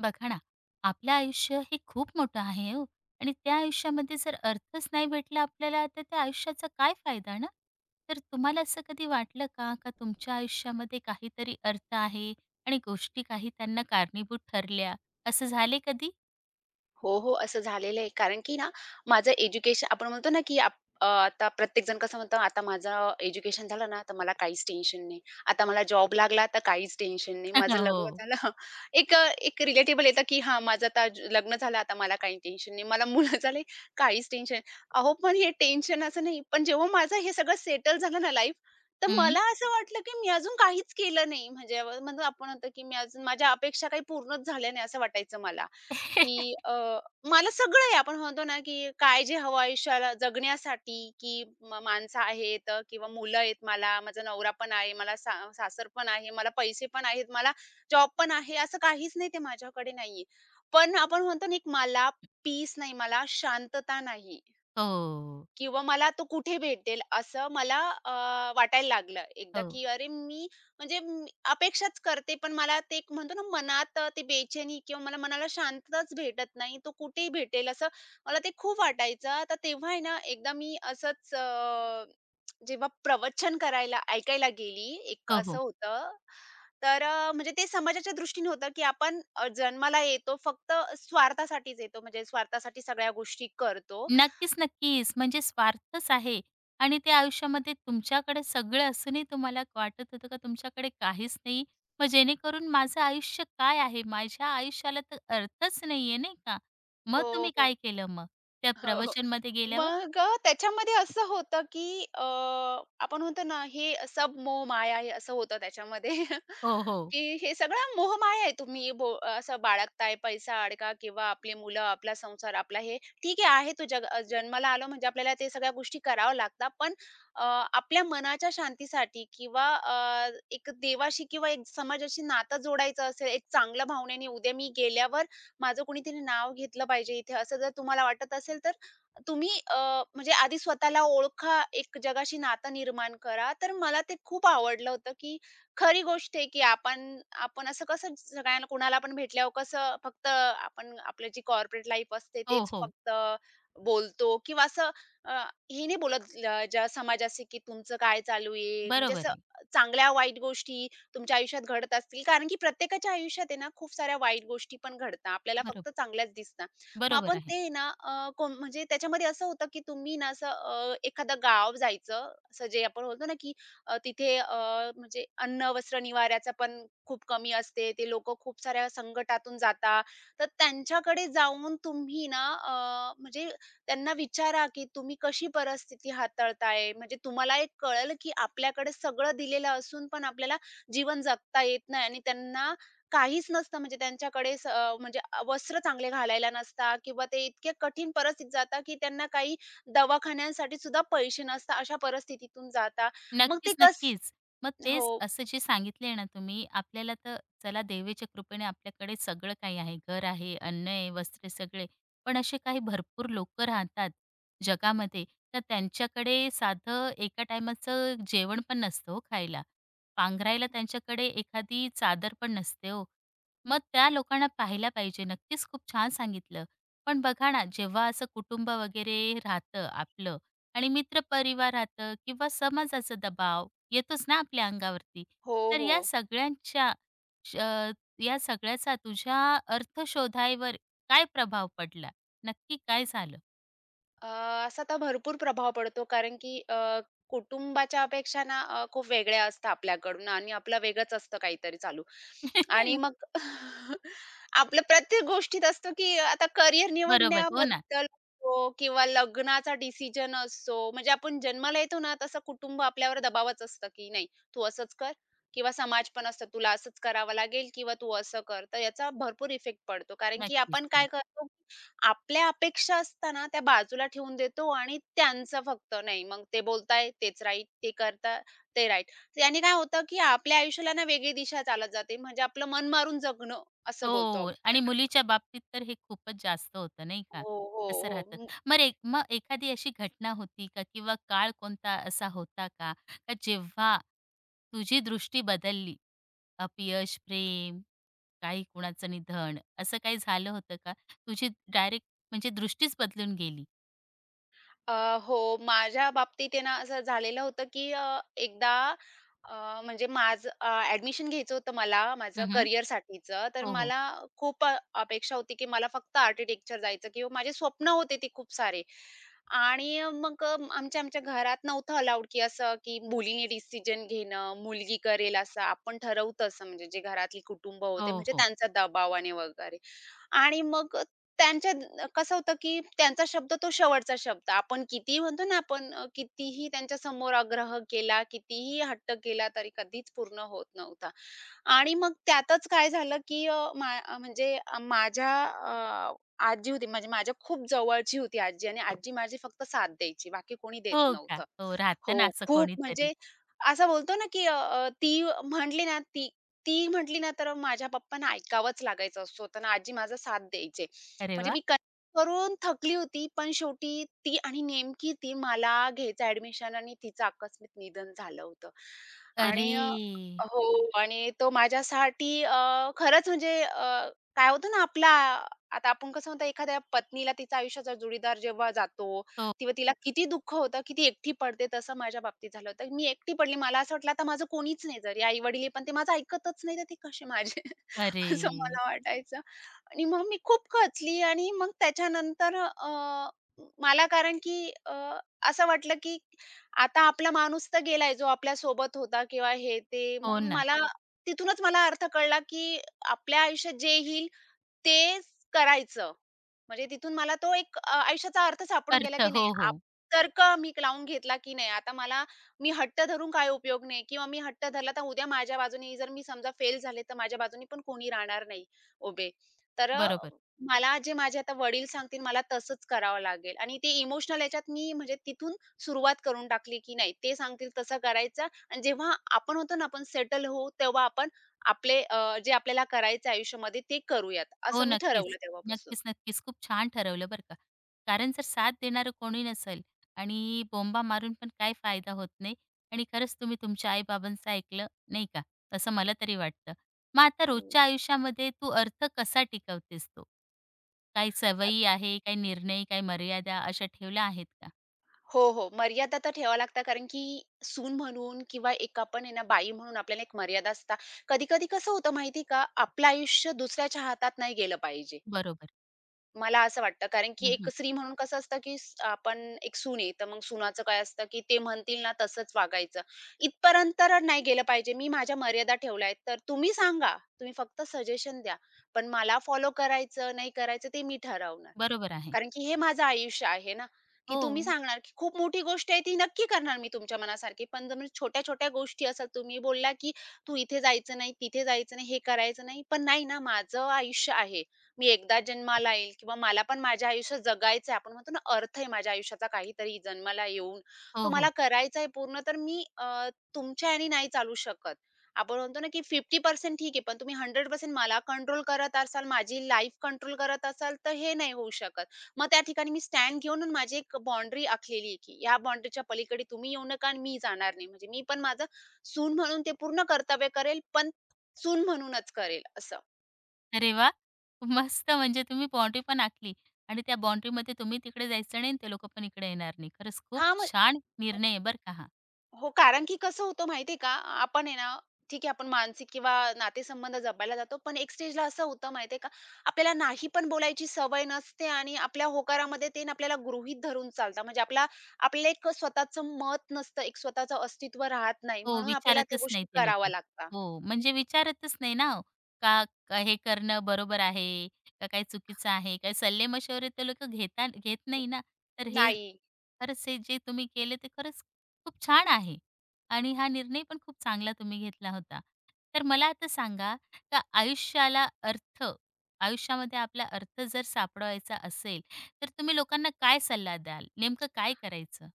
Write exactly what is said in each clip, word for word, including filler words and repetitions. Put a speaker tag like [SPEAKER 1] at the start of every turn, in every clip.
[SPEAKER 1] बघा ना, आपलं आयुष्य हे खूप मोठं आहे हो आणि त्या आयुष्यामध्ये जर अर्थच नाही भेटला आपल्याला, तर त्या आयुष्याचा काय फायदा ना? तर तुम्हाला असं कधी वाटलं का, का तुमच्या आयुष्यामध्ये काहीतरी अर्थ आहे आणि गोष्टी काही त्यांना कारणीभूत ठरल्या, असं झाले कधी?
[SPEAKER 2] हो, हो. असं झालेलं आहे. कारण की ना, माझं एज्युकेशन आपण म्हणतो ना, की आप अ, आता प्रत्येकजण कसं म्हणतं, "आता माझं एज्युकेशन झालं ना, तर मला काहीच टेन्शन नाही. आता मला जॉब लागला, तर काहीच टेन्शन नाही. माझं लग्न
[SPEAKER 1] हो.
[SPEAKER 2] झालं." एक अ, एक रिलेटेबल येतं, की "हां, माझं आता ज- लग्न झालं, आता मला काही टेन्शन नाही. मला मुलं झाले, काहीच टेन्शन." अहो, पण हे टेन्शन असं नाही. पण जेव्हा माझं हे सगळं सेटल झालं ना लाईफ, तर
[SPEAKER 1] हं.
[SPEAKER 2] मला असं वाटलं, की मी अजून काहीच केलं नाही. म्हणजे म्हणतो आपण म्हणतो, की मी अजून माझ्या अपेक्षा काही पूर्णच झाल्या नाही, असं वाटायचं मला. की अ, मला सगळं आहे. आपण म्हणतो ना, की काय जे हवं आयुष्याला जगण्यासाठी, की म माणसं आहेत अ, किंवा मुलं आहेत मला, माझा नवरा पण आहे, मला सा सासर पण आहे, मला पैसे पण आहेत, मला जॉब पण आहे, असं काहीच नाही ते माझ्याकडे नाहीये. पण आपण म्हणतो ना, एक मला पीस नाही, मला शांतता नाही.
[SPEAKER 1] हो.
[SPEAKER 2] किंवा मला तो कुठे भेटेल असं मला अ, वाटायला लागलं एकदा,
[SPEAKER 1] हो.
[SPEAKER 2] की अरे मी म्हणजे मी अपेक्षाच करते, पण मला ते एक म्हणतो ना मनात अ, ते बेचैनी किंवा मला मनाला शांतताच भेटत नाही. तो कुठेही भेटेल असं मला ते खूप वाटायचं. तर तेव्हा आहे ना एकदा मी असंच अ, जेव्हा प्रवचन करायला ऐकायला गेली, एक
[SPEAKER 1] हो,
[SPEAKER 2] असं
[SPEAKER 1] हो.
[SPEAKER 2] होतं. तर अ, म्हणजे ते समाजाच्या दृष्टीने होतं, की आपण अ, जन्माला येतो फक्त स्वार्थासाठीच येतो, म्हणजे स्वार्थासाठी सगळ्या गोष्टी करतो.
[SPEAKER 1] नक्कीच, नक्कीच. म्हणजे स्वार्थच आहे आणि ते आयुष्यामध्ये तुमच्याकडे सगळं असूनही तुम्हाला वाटत होतं का तुमच्याकडे काहीच नाही. मग जेणेकरून माझं आयुष्य काय आहे? माझ्या आयुष्याला तर अर्थच नाहीये, नाही का? मग
[SPEAKER 2] हो,
[SPEAKER 1] तुम्ही काय
[SPEAKER 2] हो.
[SPEAKER 1] केलं मग त्या
[SPEAKER 2] हो, हो.
[SPEAKER 1] प्रवचनमध्ये गेल्यावर?
[SPEAKER 2] मग अ, त्याच्यामध्ये असं होतं, की अ, आपण म्हणतो ना, हे सब मोह माया आहे असं होतं त्याच्यामध्ये,
[SPEAKER 1] हो, हो.
[SPEAKER 2] की हे सगळं मोह माया आहे. तुम्ही बो असं बाळगताय पैसा, अडका किंवा आपली मुलं, आपला संसार, आपला हे ठीक आहे, आहे तो जग अ, जन्माला आलो म्हणजे आपल्याला ते सगळ्या गोष्टी कराव्या लागतात. पण अ, आपल्या मनाच्या शांतीसाठी किंवा अ, एक देवाशी किंवा एक समाजाशी नातं जोडायचं असेल, एक चांगल्या भावनेने उद्या मी गेल्यावर माझं कोणीतरी नाव घेतलं पाहिजे इथे, असं जर तुम्हाला वाटत असेल, तर तुम्ही अ, म्हणजे आधी स्वतःला ओळखा, एक जगाशी नातं निर्माण करा. तर मला ते खूप आवडलं होतं, की खरी गोष्ट आहे, की आपण आपण असं कसं सगळ्यांना कोणाला पण भेटल्यावर कसं फक्त आपण आपलं जी कॉर्पोरेट लाईफ असते
[SPEAKER 1] हो,
[SPEAKER 2] तेच
[SPEAKER 1] हो.
[SPEAKER 2] फक्त बोलतो किंवा असं अ, हे नाही बोलत ल ज्या समाजाशी, की तुमचं काय चालू आहे? म्हणजे
[SPEAKER 1] बरोबर
[SPEAKER 2] असं
[SPEAKER 1] आहे.
[SPEAKER 2] चांगल्या वाईट गोष्टी तुमच्या आयुष्यात घडत असतील. कारण की प्रत्येकाच्या आयुष्यात आहे ना, खूप साऱ्या वाईट गोष्टी पण घडतात. आपल्याला फक्त
[SPEAKER 1] बरोबर.
[SPEAKER 2] चांगल्याच दिसतात. मग
[SPEAKER 1] बरोबर
[SPEAKER 2] आपण
[SPEAKER 1] आहे.
[SPEAKER 2] ते ना अ, कोण म्हणजे त्याच्यामध्ये असं होतं, की तुम्ही ना असं अ, एखादं गाव जायचं, असं जे आपण बोलतो ना, की अ, तिथे अ, म्हणजे अन्न, वस्त्र, निवाऱ्याचा पण खूप कमी असते. ते लोकं खूप साऱ्या संकटातून जातात. तर त्यांच्याकडे जाऊन तुम्ही ना अ, म्हणजे त्यांना विचारा, की तुम्ही कशी परिस्थिती हाताळताय? म्हणजे तुम्हाला एक कळेल, की आपल्याकडे सगळं दिलेलं असून पण आपल्याला जीवन जगता येत नाही आणि त्यांना काहीच नसतं म्हणजे त्यांच्याकडे स अ, म्हणजे अ, वस्त्र चांगले घालायला नसतात किंवा ते इतके कठीण परिस्थितीत जातात, की त्यांना काही दवाखान्यांसाठी सुद्धा पैसे नसतात. अशा परिस्थितीतून जातात. मग ते
[SPEAKER 1] नक्कीच,
[SPEAKER 2] कस
[SPEAKER 1] नक्कीच. मग तेच
[SPEAKER 2] हो.
[SPEAKER 1] असं जे सांगितले ना तुम्ही, आपल्याला तर चला देवाच्या कृपेने आपल्याकडे सगळं काही आहे. घर आहे, अन्न आहे, वस्त्र सगळे. पण असे काही भरपूर लोकं राहतात जगामध्ये, तर त्यांच्याकडे साधं एका टाईमाचं जेवण पण नसतं हो खायला. पांघरायला त्यांच्याकडे एखादी चादर पण नसते हो. मग त्या लोकांना पाहायला पाहिजे. नक्कीच खूप छान सांगितलं. पण बघा ना, जेव्हा असं कुटुंब वगैरे राहतं आपलं, आणि मित्र मित्रपरिवाराचं किंवा समाजाचा दबाव येतोच ना आपल्या अंगावरती.
[SPEAKER 2] हो,
[SPEAKER 1] तर
[SPEAKER 2] हो.
[SPEAKER 1] या सगळ्यांच्या श अ, या सगळ्याचा तुझ्या अर्थशोधावर काय प्रभाव पडला? नक्की काय झालं?
[SPEAKER 2] अ, असा तर भरपूर प्रभाव पडतो कारण की अ, कुटुंबाच्या अपेक्षा ना अ, खूप वेगळ्या असतात आपल्याकडून आणि आपलं वेगळंच असतं काहीतरी चालू. आणि मग आपलं प्रत्येक गोष्टीत असतो की आता करियर
[SPEAKER 1] बरोबर. हो ना.
[SPEAKER 2] निवडण्याबद्दल असो किंवा लग्नाचा डिसिजन असो. म्हणजे आपण जन्माला येतो ना तसं कुटुंब आपल्यावर दबावच असतं की नाही तू असंच कर किंवा समाज पण असतो तुला असंच करावं लागेल किंवा तू असं कर. तर याचा भरपूर इफेक्ट पडतो कारण की
[SPEAKER 1] नक्कीच.
[SPEAKER 2] आपण काय
[SPEAKER 1] हो.
[SPEAKER 2] करतो आपल्या अपेक्षा असताना त्या बाजूला ठेवून देतो आणि त्यांचं फक्त नाही मग ते बोलताय तेच राईट, ते करता ते राईट. याने काय होतं, की आपल्या आयुष्याला ना वेगळी दिशा चालत जाते. म्हणजे आपलं मन मारून जगणं असं बोलतो
[SPEAKER 1] हो.
[SPEAKER 2] आपण
[SPEAKER 1] आणि
[SPEAKER 2] त्याला.
[SPEAKER 1] मुलीच्या बाबतीत तर हे खूपच जास्त होतं नाही का?
[SPEAKER 2] हो,
[SPEAKER 1] तसं
[SPEAKER 2] हो,
[SPEAKER 1] राहतं.
[SPEAKER 2] हो.
[SPEAKER 1] मग एक मग एखादी अशी घटना होती का किंवा काळ कोणता असा होता का, का जेव्हा तुझी दृष्टी बदलली? अपयश, प्रेम काही कुणाचं निधन असं काही झालं होतं का? तुझी डायरेक्ट म्हणजे दृष्टीच बदलून गेली?
[SPEAKER 2] अ, हो, माझ्या बाबतीत आहे ना, असं झालेलं होतं, की अ, एकदा अ, म्हणजे माझं अ, ॲडमिशन घ्यायचं होतं मला माझं
[SPEAKER 1] हं,
[SPEAKER 2] करिअरसाठीचं. तर
[SPEAKER 1] हो, हो.
[SPEAKER 2] मला खूप अ, अपेक्षा होती, की मला फक्त आर्किटेक्चर जायचं किंवा माझे स्वप्न होते ते खूप सारे. आणि मग अ, आमच्या आमच्या घरात नव्हतं अलाउड, की असं की मुलीने डिसिजन घेणं, मुलगी करेल असं. आपण ठरवतो असं म्हणजे जे घरातली कुटुंब
[SPEAKER 1] हो,
[SPEAKER 2] होते म्हणजे
[SPEAKER 1] हो.
[SPEAKER 2] त्यांचा दबावाने वगैरे. आणि मग त्यांच्या द- कसं होतं, की त्यांचा शब्द तो शेवटचा शब्द. आपण कितीही म्हणतो ना आपण अ, कितीही त्यांच्यासमोर आग्रह केला, कितीही हट्ट केला तरी कधीच पूर्ण होत नव्हता. आणि मग त्यातच काय झालं, की अ, मा अ, म्हणजे अ, माझ्या अ, आजी होती म्हणजे माझ्या खूप जवळची होती आजी आणि आजी माझी फक्त साथ द्यायची, बाकी कोणी देत
[SPEAKER 1] हो का?
[SPEAKER 2] नव्हतं.
[SPEAKER 1] हो, राहतं ना
[SPEAKER 2] हो,
[SPEAKER 1] असं
[SPEAKER 2] खूप
[SPEAKER 1] कोणीतरी.
[SPEAKER 2] म्हणजे असं बोलतो ना, की अ, अ, ती म्हटली ना, ती ती म्हटली ना, तर माझ्या पप्पांना ऐकावंच लागायचं. स्वतःना आजी माझा साथ द्यायचे.
[SPEAKER 1] अरे
[SPEAKER 2] म्हणजे
[SPEAKER 1] वाह!
[SPEAKER 2] मी क- करून थकली होती, पण शेवटी ती आणि नेमकी ती मला घ्यायचं ॲडमिशन आणि तिचं आकस्मिक निधन झालं होतं. आणि अ,
[SPEAKER 1] अरे!
[SPEAKER 2] हो आणि तो माझ्यासाठी अ, खरंच म्हणजे अ, काय होतं ना, आपला आता आपण कसं म्हणतो एखाद्या पत्नीला तिच्या आयुष्याचा जोडीदार जेव्हा जातो
[SPEAKER 1] हो.
[SPEAKER 2] तेव्हा तिला किती दुःख होतं की ती एकटी पडते तसं माझ्या बाबतीत झालं होतं. मी एकटी पडली. मला असं वाटलं आता माझं कोणीच नाही घरी. आई-वडील आहे पण ते माझं ऐकतच नाही तर ते कसे माझे
[SPEAKER 1] अरे!
[SPEAKER 2] असं मला वाटायचं. आणि मग मी खूप खचली आणि मग त्याच्यानंतर अ, मला कारण की अ, असं वाटलं की आता आपला माणूस तर गेलाय जो आपल्यासोबत होता किंवा हे ते.
[SPEAKER 1] हो
[SPEAKER 2] मग
[SPEAKER 1] ना.
[SPEAKER 2] मला तिथूनच मला अर्थ कळला की आपल्या आयुष्यात जे येईल तेच करायचं. म्हणजे तिथून मला तो एक अ, आयुष्याचा अर्थ सापडून गेला,
[SPEAKER 1] अर्थ.
[SPEAKER 2] की नाही
[SPEAKER 1] हो, हो.
[SPEAKER 2] आप तर्क मी लावून घेतला, की नाही आता मला मी हट्ट धरून काय उपयोग नाही किंवा मी हट्ट धरला तर उद्या माझ्या बाजूने जर मी समजा फेल झाले, तर माझ्या बाजूने पण कोणी राहणार नाही उभे. तर अ,
[SPEAKER 1] बरोबर.
[SPEAKER 2] मला जे माझे आता वडील सांगतील मला तसंच करावं लागेल आणि ते इमोशनल याच्यात मी म्हणजे तिथून सुरुवात करून टाकली, की नाही ते सांगतील तसं करायचं आणि जेव्हा आपण होतो ना, आपण सेटल होऊ तेव्हा आपण आपले अ, जे आपल्याला करायचं आयुष्यामध्ये ते करूयात,
[SPEAKER 1] हो,
[SPEAKER 2] असं मी ठरवलं
[SPEAKER 1] नक्कीच.
[SPEAKER 2] तेव्हापासून.
[SPEAKER 1] नक्कीच, नक्कीच. खूप छान ठरवलं बरं का. कारण जर साथ देणारं कोणी नसेल आणि बोंबा मारून पण काय फायदा होत नाही आणि खरंच तुम्ही तुमच्या आई-बाबांचं ऐकलं, नाही का? असं मला तरी वाटतं. मग आता
[SPEAKER 2] हो.
[SPEAKER 1] रोजच्या आयुष्यामध्ये तू अर्थ कसा टिकवतेस तो? काही
[SPEAKER 2] अ,
[SPEAKER 1] सवयी आहे, काही निर्णय, काही मर्यादा अशा ठेवल्या आहेत का?
[SPEAKER 2] हो, हो. मर्यादा तर ठेवाव्या लागतात कारण की सून म्हणून किंवा एक आपण आहे ना बाई म्हणून आपल्याला एक मर्यादा असतात. कधी-कधी कसं होतं माहिती का? आपलं आयुष्य दुसऱ्याच्या हातात नाही गेलं पाहिजे.
[SPEAKER 1] बरोबर.
[SPEAKER 2] मला असं वाटतं कारण की एक
[SPEAKER 1] हं,
[SPEAKER 2] स्त्री म्हणून कसं असतं की स आपण एक सून आहे, तर मग सुनाचं काय असतं की ते म्हणतील ना तसंच वागायचं. इथपर्यंत तर नाही गेलं पाहिजे. मी माझ्या मर्यादा ठेवल्या आहेत. तर तुम्ही सांगा, तुम्ही फक्त सजेशन द्या. पण मला फॉलो करायचं, नाही करायचं ते मी ठरवणार.
[SPEAKER 1] बरोबर आहे.
[SPEAKER 2] कारण की हे माझं आयुष्य आहे ना, की
[SPEAKER 1] हो.
[SPEAKER 2] तुम्ही सांगणार की खूप मोठी गोष्ट आहे ती नक्की करणार मी तुमच्या मनासारखी. पण जर म्हणजे छोट्या-छोट्या गोष्टी असतात तुम्ही बोलला की "तू इथे जायचं नाही, तिथे जायचं नाही, हे करायचं नाही." पण नाही ना, माझं आयुष्य आहे. मी एकदा जन्माला येईल किंवा मला पण माझ्या आयुष्यात जगायचं आहे. आपण म्हणतो ना, अर्थ आहे माझ्या आयुष्याचा काहीतरी जन्माला येऊन. तो
[SPEAKER 1] हो,
[SPEAKER 2] मला
[SPEAKER 1] हो.
[SPEAKER 2] करायचा आहे पूर्ण. तर मी अ, तुमच्या ह्याने नाही चालू शकत. आपण म्हणतो ना, की पन्नास टक्के ठीक आहे, पण तुम्ही शंभर टक्के मला कंट्रोल करत असाल, माझी लाईफ कंट्रोल करत असाल, तर हे नाही होऊ शकत. मग त्या ठिकाणी मी स्टँड घेऊन अन् माझी एक बाउंडरी आखलेली आहे, की या बाउंडरीच्या पलीकडे तुम्ही येऊ नका आणि मी जाणार नाही. म्हणजे मी पण माझं सून म्हणून ते पूर्ण कर्तव्य करेल, पण सून म्हणूनच करेल असं.
[SPEAKER 1] अरे वाह! मस्त म्हणजे तुम्ही बाउंडरी पण आखली आणि त्या बाउंडरीमध्ये तुम्ही तिकडे जायचं नाही आणि ते लोकं पण इकडे येणार नाही. खरंच खूप
[SPEAKER 2] हां, मग
[SPEAKER 1] छान निर्णय आहे बरं का हा.
[SPEAKER 2] हो, कारण की कसं होतं माहिती का? आपण आहे ना, ठीक आहे आपण मानसिक किंवा नातेसंबंध जपायला जातो. पण एक स्टेजला असं होतं माहिती का? आपल्याला नाही पण बोलायची सवय नसते आणि आपल्या होकारामध्ये ते ना आपल्याला गृहीत धरून चालतात. म्हणजे आपला आपल्याला एक स्वतःचं मत नसतं, एक स्वतःचं अस्तित्व राहत नाही.
[SPEAKER 1] हो,
[SPEAKER 2] म्हणून आपल्याला त्या
[SPEAKER 1] विचारतच नाही
[SPEAKER 2] गोष्टी
[SPEAKER 1] ते
[SPEAKER 2] कराव्या
[SPEAKER 1] लोकं.
[SPEAKER 2] लागतात.
[SPEAKER 1] हो, म्हणजे विचारतच नाही ना हो, का का हे करणं बरोबर आहे, का काही चुकीचं आहे? काही सल्ले-मशवरे ते लोक घेता घेत नाही ना. तर हे
[SPEAKER 2] नाही,
[SPEAKER 1] खरंच हे जे तुम्ही केलं ते खरंच खूप छान आहे आणि हा निर्णय पण खूप चांगला तुम्ही घेतला होता. तर मला आता सांगा, का आयुष्याला अर्थ आयुष्यामध्ये आपला अर्थ जर सापडवायचा असेल, तर तुम्ही लोकांना काय सल्ला द्याल? नेमकं काय करायचं?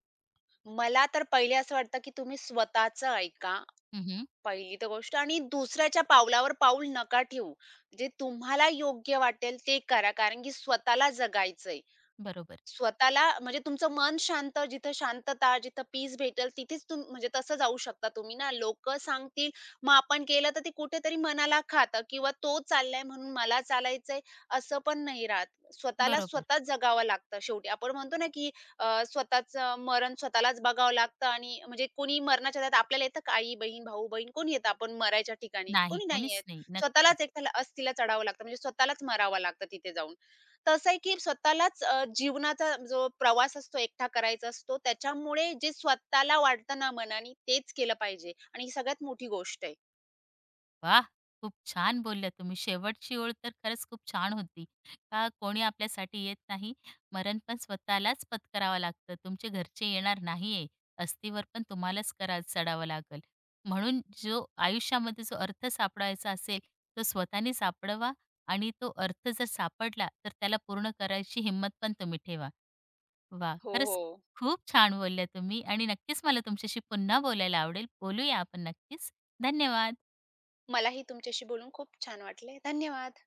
[SPEAKER 2] मला तर पहिले असं वाटतं, की तुम्ही स्वतःचं ऐका,
[SPEAKER 1] हं,
[SPEAKER 2] पहिली तर गोष्ट आणि दुसऱ्याच्या पावलावर पाऊल नका ठेवू. जे तुम्हाला योग्य वाटेल ते करा. कारण की स्वतःला जगायचंय.
[SPEAKER 1] बरोबर,
[SPEAKER 2] स्वतःला म्हणजे तुमचं मन शांत, जिथं शांतता, जिथं पीस भेटेल तिथेच तुम म्हणजे तसं जाऊ शकता तुम्ही ना. लोक सांगतील, मग आपण केलं तर ते कुठेतरी मनाला खातं किंवा तो चाललाय म्हणून मला चालायचंय असं पण नाही राहत. स्वतःला
[SPEAKER 1] बरोबर.
[SPEAKER 2] स्वतःच जगावं लागतं शेवटी. आपण म्हणतो ना, की अ, स्वतःचं मरण स्वतःलाच बघावं लागतं आणि म्हणजे कोणी मरणाच्या ह्याच्यात आपल्याला येतं का? आई-बहीण, भाऊ-बहीण कोण येतं आपण मरायच्या ठिकाणी?
[SPEAKER 1] नाही,
[SPEAKER 2] कोणी नाही
[SPEAKER 1] कोणीच
[SPEAKER 2] येत.
[SPEAKER 1] नाही. नक्कीच.
[SPEAKER 2] स्वतःलाच एकट्याला अस्थिला चढावं लागतं म्हणजे स्वतःलाच मरावं लागतं तिथे जाऊन. कसं आहे, की स्वतःलाच अ, जीवनाचा जो प्रवास असतो एकटा करायचा असतो, त्याच्यामुळे जे स्वतःला वाटतं ना मनाने तेच केलं पाहिजे आणि ही सगळ्यात मोठी गोष्ट आहे.
[SPEAKER 1] वाह! खूप छान बोलल्या तुम्ही. शेवटची ओळ तर खरंच खूप छान होती. का कोणी आपल्यासाठी येत नाही, मरण पण स्वतःलाच पत्करावं लागतं. तुमचे घरचे येणार नाहीये, अस्थीवर पण तुम्हालाच करा चढावं लागेल. म्हणून जो आयुष्यामध्ये जो अर्थ सापडायचा असेल, तो स्वतःने सापडवा आणि तो अर्थ जर सापडला, तर त्याला पूर्ण करायची हिंमत पण तुम्ही ठेवा. वा,
[SPEAKER 2] हो,
[SPEAKER 1] खरंच
[SPEAKER 2] हो.
[SPEAKER 1] खूप छान बोलल्या तुम्ही आणि नक्कीच मला तुमच्याशी पुन्हा बोलायला आवडेल. बोलूया आपण नक्कीच. धन्यवाद.
[SPEAKER 2] मलाही तुमच्याशी बोलून खूप छान वाटले. धन्यवाद.